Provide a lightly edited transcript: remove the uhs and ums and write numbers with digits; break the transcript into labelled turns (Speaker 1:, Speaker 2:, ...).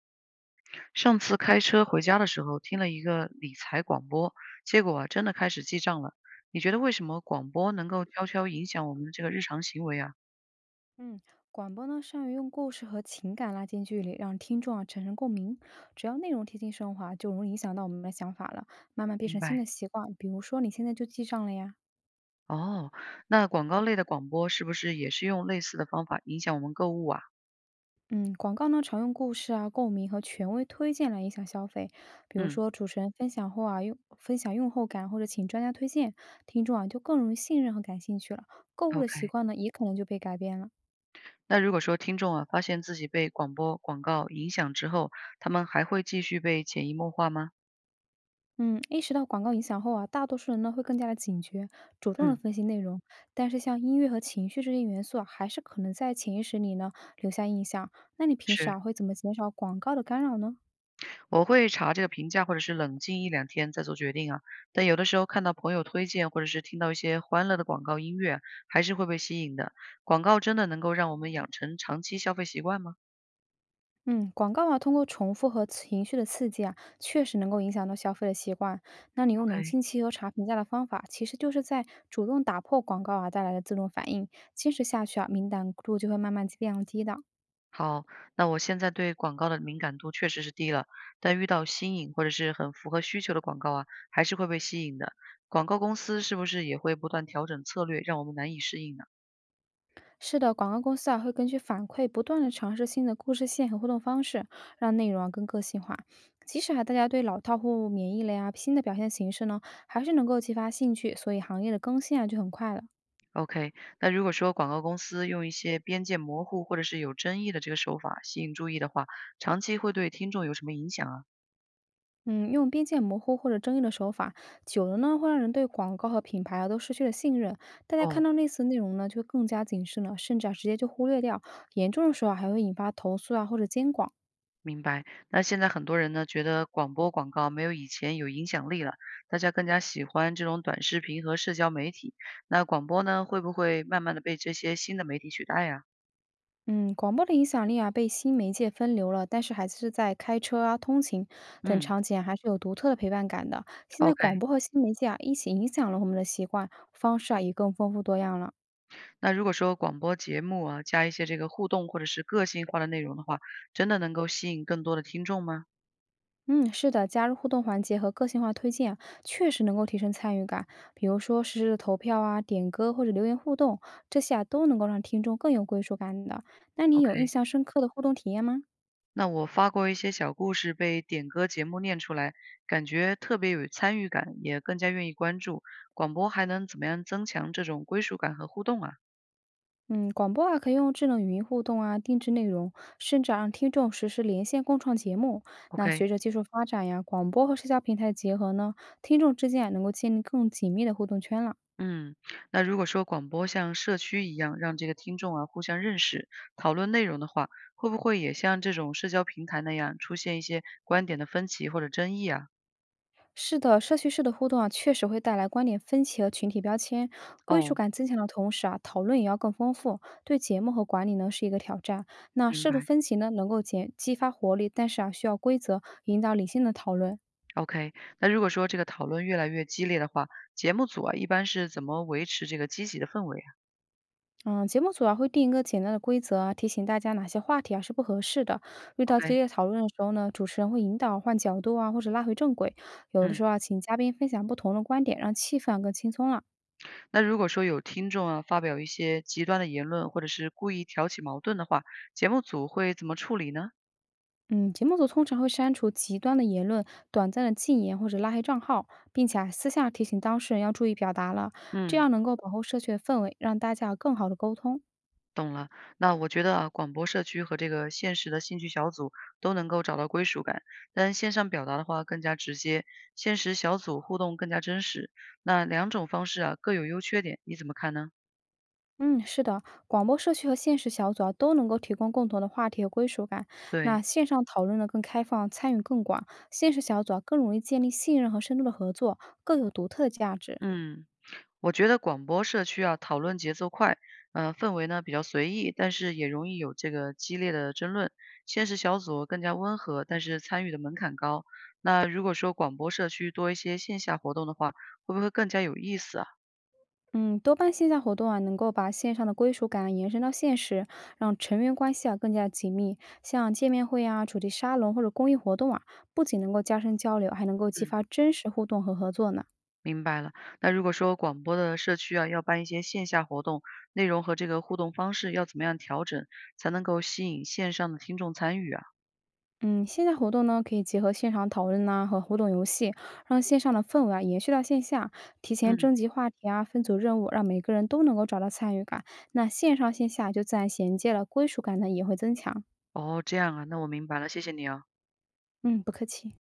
Speaker 1: 上次开车回家的时候，听了一个理财广播，结果啊，真的开始记账了。你觉得为什么广播能够悄悄影响我们的这个日常行为啊？
Speaker 2: 嗯，广播呢善于用故事和情感拉近距离，让听众啊产生共鸣。只要内容贴近生活啊就容易影响到我们的想法了，慢慢变
Speaker 1: 明
Speaker 2: 成新的
Speaker 1: 白。
Speaker 2: 习惯。比如说，你现在就记账了呀。
Speaker 1: 哦，那广告类的广播是不是也是用类似的方法影响我们购物啊？
Speaker 2: 嗯，广告呢常用故事啊、共鸣和权威推荐来影响消费。比如
Speaker 1: 嗯
Speaker 2: 说，主持人分享后啊，用分享用后感，或者请专家推荐，听众啊就更容易信任和感兴趣了，购物的习
Speaker 1: ，OK。
Speaker 2: 惯呢也可能就被改变了。
Speaker 1: 那如果说听众啊发现自己被广播广告影响之后，他们还会继续被潜移默化吗？
Speaker 2: 嗯，意识到广告影响后啊，大多数人呢会更加的警觉，主动的
Speaker 1: 嗯，
Speaker 2: 分析内容。但是像音乐和情绪这些元素啊，还是可能在潜意识里呢留下印象。那你平时
Speaker 1: 是。
Speaker 2: 啊会怎么减少广告的干扰呢？
Speaker 1: 我会查这个评价，或者是冷静一两天再做决定啊。但有的时候看到朋友推荐，或者是听到一些欢乐的广告音乐，还是会被吸引的。广告真的能够让我们养成长期消费习惯吗
Speaker 2: 嗯，广告啊通过重复和情绪的刺激啊，确实能够影响到消费的习惯。那你用冷
Speaker 1: ？OK，
Speaker 2: 静期和查评价的方法，其实就是在主动打破广告啊带来的自动反应。坚持下去啊，敏感度就会慢慢降低的。
Speaker 1: 好，那我现在对广告的敏感度确实是低了，但遇到新颖或者是很符合需求的广告啊，还是会被吸引的。广告公司是不是也会不断调整策略，让我们难以适应呢？
Speaker 2: 是的，广告公司啊会根据反馈不断的尝试新的故事线和互动方式，让内容啊更个性化。即使啊大家对老套或免疫了呀，新的表现形式呢还是能够激发兴趣，所以行业的更新啊就很快了。
Speaker 1: OK，那如果说广告公司用一些边界模糊或者是有争议的这个手法吸引注意的话，长期会对听众有什么影响啊？
Speaker 2: 嗯，用边界模糊或者争议的手法，久了呢会让人对广告和品牌啊都失去了信任，大家看
Speaker 1: 哦，
Speaker 2: 到类似内容呢就更加谨慎了，甚至啊直接就忽略掉，严重的时候啊还会引发投诉啊或者监管。
Speaker 1: 明白。那现在很多人呢觉得广播广告没有以前有影响力了，大家更加喜欢这种短视频和社交媒体。那广播呢会不会慢慢的被这些新的媒体取代呀？
Speaker 2: 嗯，广播的影响力啊，被新媒介分流了，但是还是在开车啊、通勤等
Speaker 1: 嗯
Speaker 2: 场景啊还是有独特的陪伴感的。现在广
Speaker 1: ，OK。
Speaker 2: 播和新媒介啊，一起影响了我们的习惯方式啊，也更丰富多样了。
Speaker 1: 那如果说广播节目啊加一些这个互动或者是个性化的内容的话，真的能够吸引更多的听众吗
Speaker 2: 嗯，是的，加入互动环节和个性化推荐啊确实能够提升参与感。比如说实时的投票啊、点歌或者留言互动，这些啊都能够让听众更有归属感的。那你有印
Speaker 1: ？OK。
Speaker 2: 象深刻的互动体验吗？
Speaker 1: 那我发过一些小故事被点歌节目念出来，感觉特别有参与感，也更加愿意关注。广播还能怎么样增强这种归属感和互动啊
Speaker 2: 嗯，广播啊，可以用智能语音互动啊，定制内容，甚至啊让听众实时连线共创节目。那
Speaker 1: ？OK，
Speaker 2: 随着技术发展呀，广播和社交平台的结合呢，听众之间啊能够建立更紧密的互动圈了。
Speaker 1: 嗯，那如果说广播像社区一样，让这个听众啊互相认识、讨论内容的话，会不会也像这种社交平台那样出现一些观点的分歧或者争议啊？
Speaker 2: 是的，社区式的互动啊，确实会带来观点分歧和群体标签，归属
Speaker 1: 哦，
Speaker 2: 感增强的同时啊，讨论也要更丰富。对节目和管理呢是一个挑战。那
Speaker 1: 明
Speaker 2: 适度
Speaker 1: 白。
Speaker 2: 分歧呢，能够减激发活力，但是啊，需要规则引导理性的讨论。
Speaker 1: OK，那如果说这个讨论越来越激烈的话，节目组啊一般是怎么维持这个积极的氛围啊
Speaker 2: 嗯，节目组啊会定一个简单的规则啊，提醒大家哪些话题啊是不合适的。遇到激
Speaker 1: ？OK，
Speaker 2: 烈讨论的时候呢，主持人会引导换角度啊，或者拉回正轨。有的
Speaker 1: 嗯。
Speaker 2: 时候啊，请嘉宾分享不同的观点，让气氛啊更轻松了。
Speaker 1: 那如果说有听众啊发表一些极端的言论，或者是故意挑起矛盾的话，节目组会怎么处理呢？
Speaker 2: 嗯，节目组通常会删除极端的言论、短暂的禁言或者拉黑账号，并且啊私下提醒当事人要注意表达了，这
Speaker 1: 嗯，
Speaker 2: 样能够保护社区的氛围，让大家有更好的沟通。
Speaker 1: 懂了。那我觉得啊，广播社区和这个现实的兴趣小组都能够找到归属感，但线上表达的话更加直接，现实小组互动更加真实。那两种方式啊各有优缺点，你怎么看呢？
Speaker 2: 嗯，是的，广播社区和现实小组啊，都能够提供共同的话题和归属感。那
Speaker 1: 对，
Speaker 2: 线上讨论呢更开放，参与更广；现实小组啊更容易建立信任和深度的合作，各有独特的价值。
Speaker 1: 嗯。我觉得广播社区啊，讨论节奏快，氛围呢比较随意，但是也容易有这个激烈的争论。现实小组更加温和，但是参与的门槛高。那如果说广播社区多一些线下活动的话，会不会更加有意思啊？
Speaker 2: 嗯，多办线下活动啊，能够把线上的归属感延伸到现实，让成员关系啊更加紧密。像见面会啊、主题沙龙或者公益活动啊，不仅能够加深交流，还能够激
Speaker 1: 嗯，
Speaker 2: 发真实互动和合作呢。
Speaker 1: 明白了。那如果说广播的社区啊，要办一些线下活动，内容和这个互动方式要怎么样调整，才能够吸引线上的听众参与啊？
Speaker 2: 嗯，线下活动呢，可以结合现场讨论呐、和互动游戏，让线上的氛围啊延续到线下。提前
Speaker 1: 嗯，
Speaker 2: 征集话题啊，分组任务，让每个人都能够找到参与感。那线上线下就自然衔接了，归属感呢也会增强。
Speaker 1: 哦，这样啊，那我明白了，谢谢你啊。
Speaker 2: 嗯，不客气。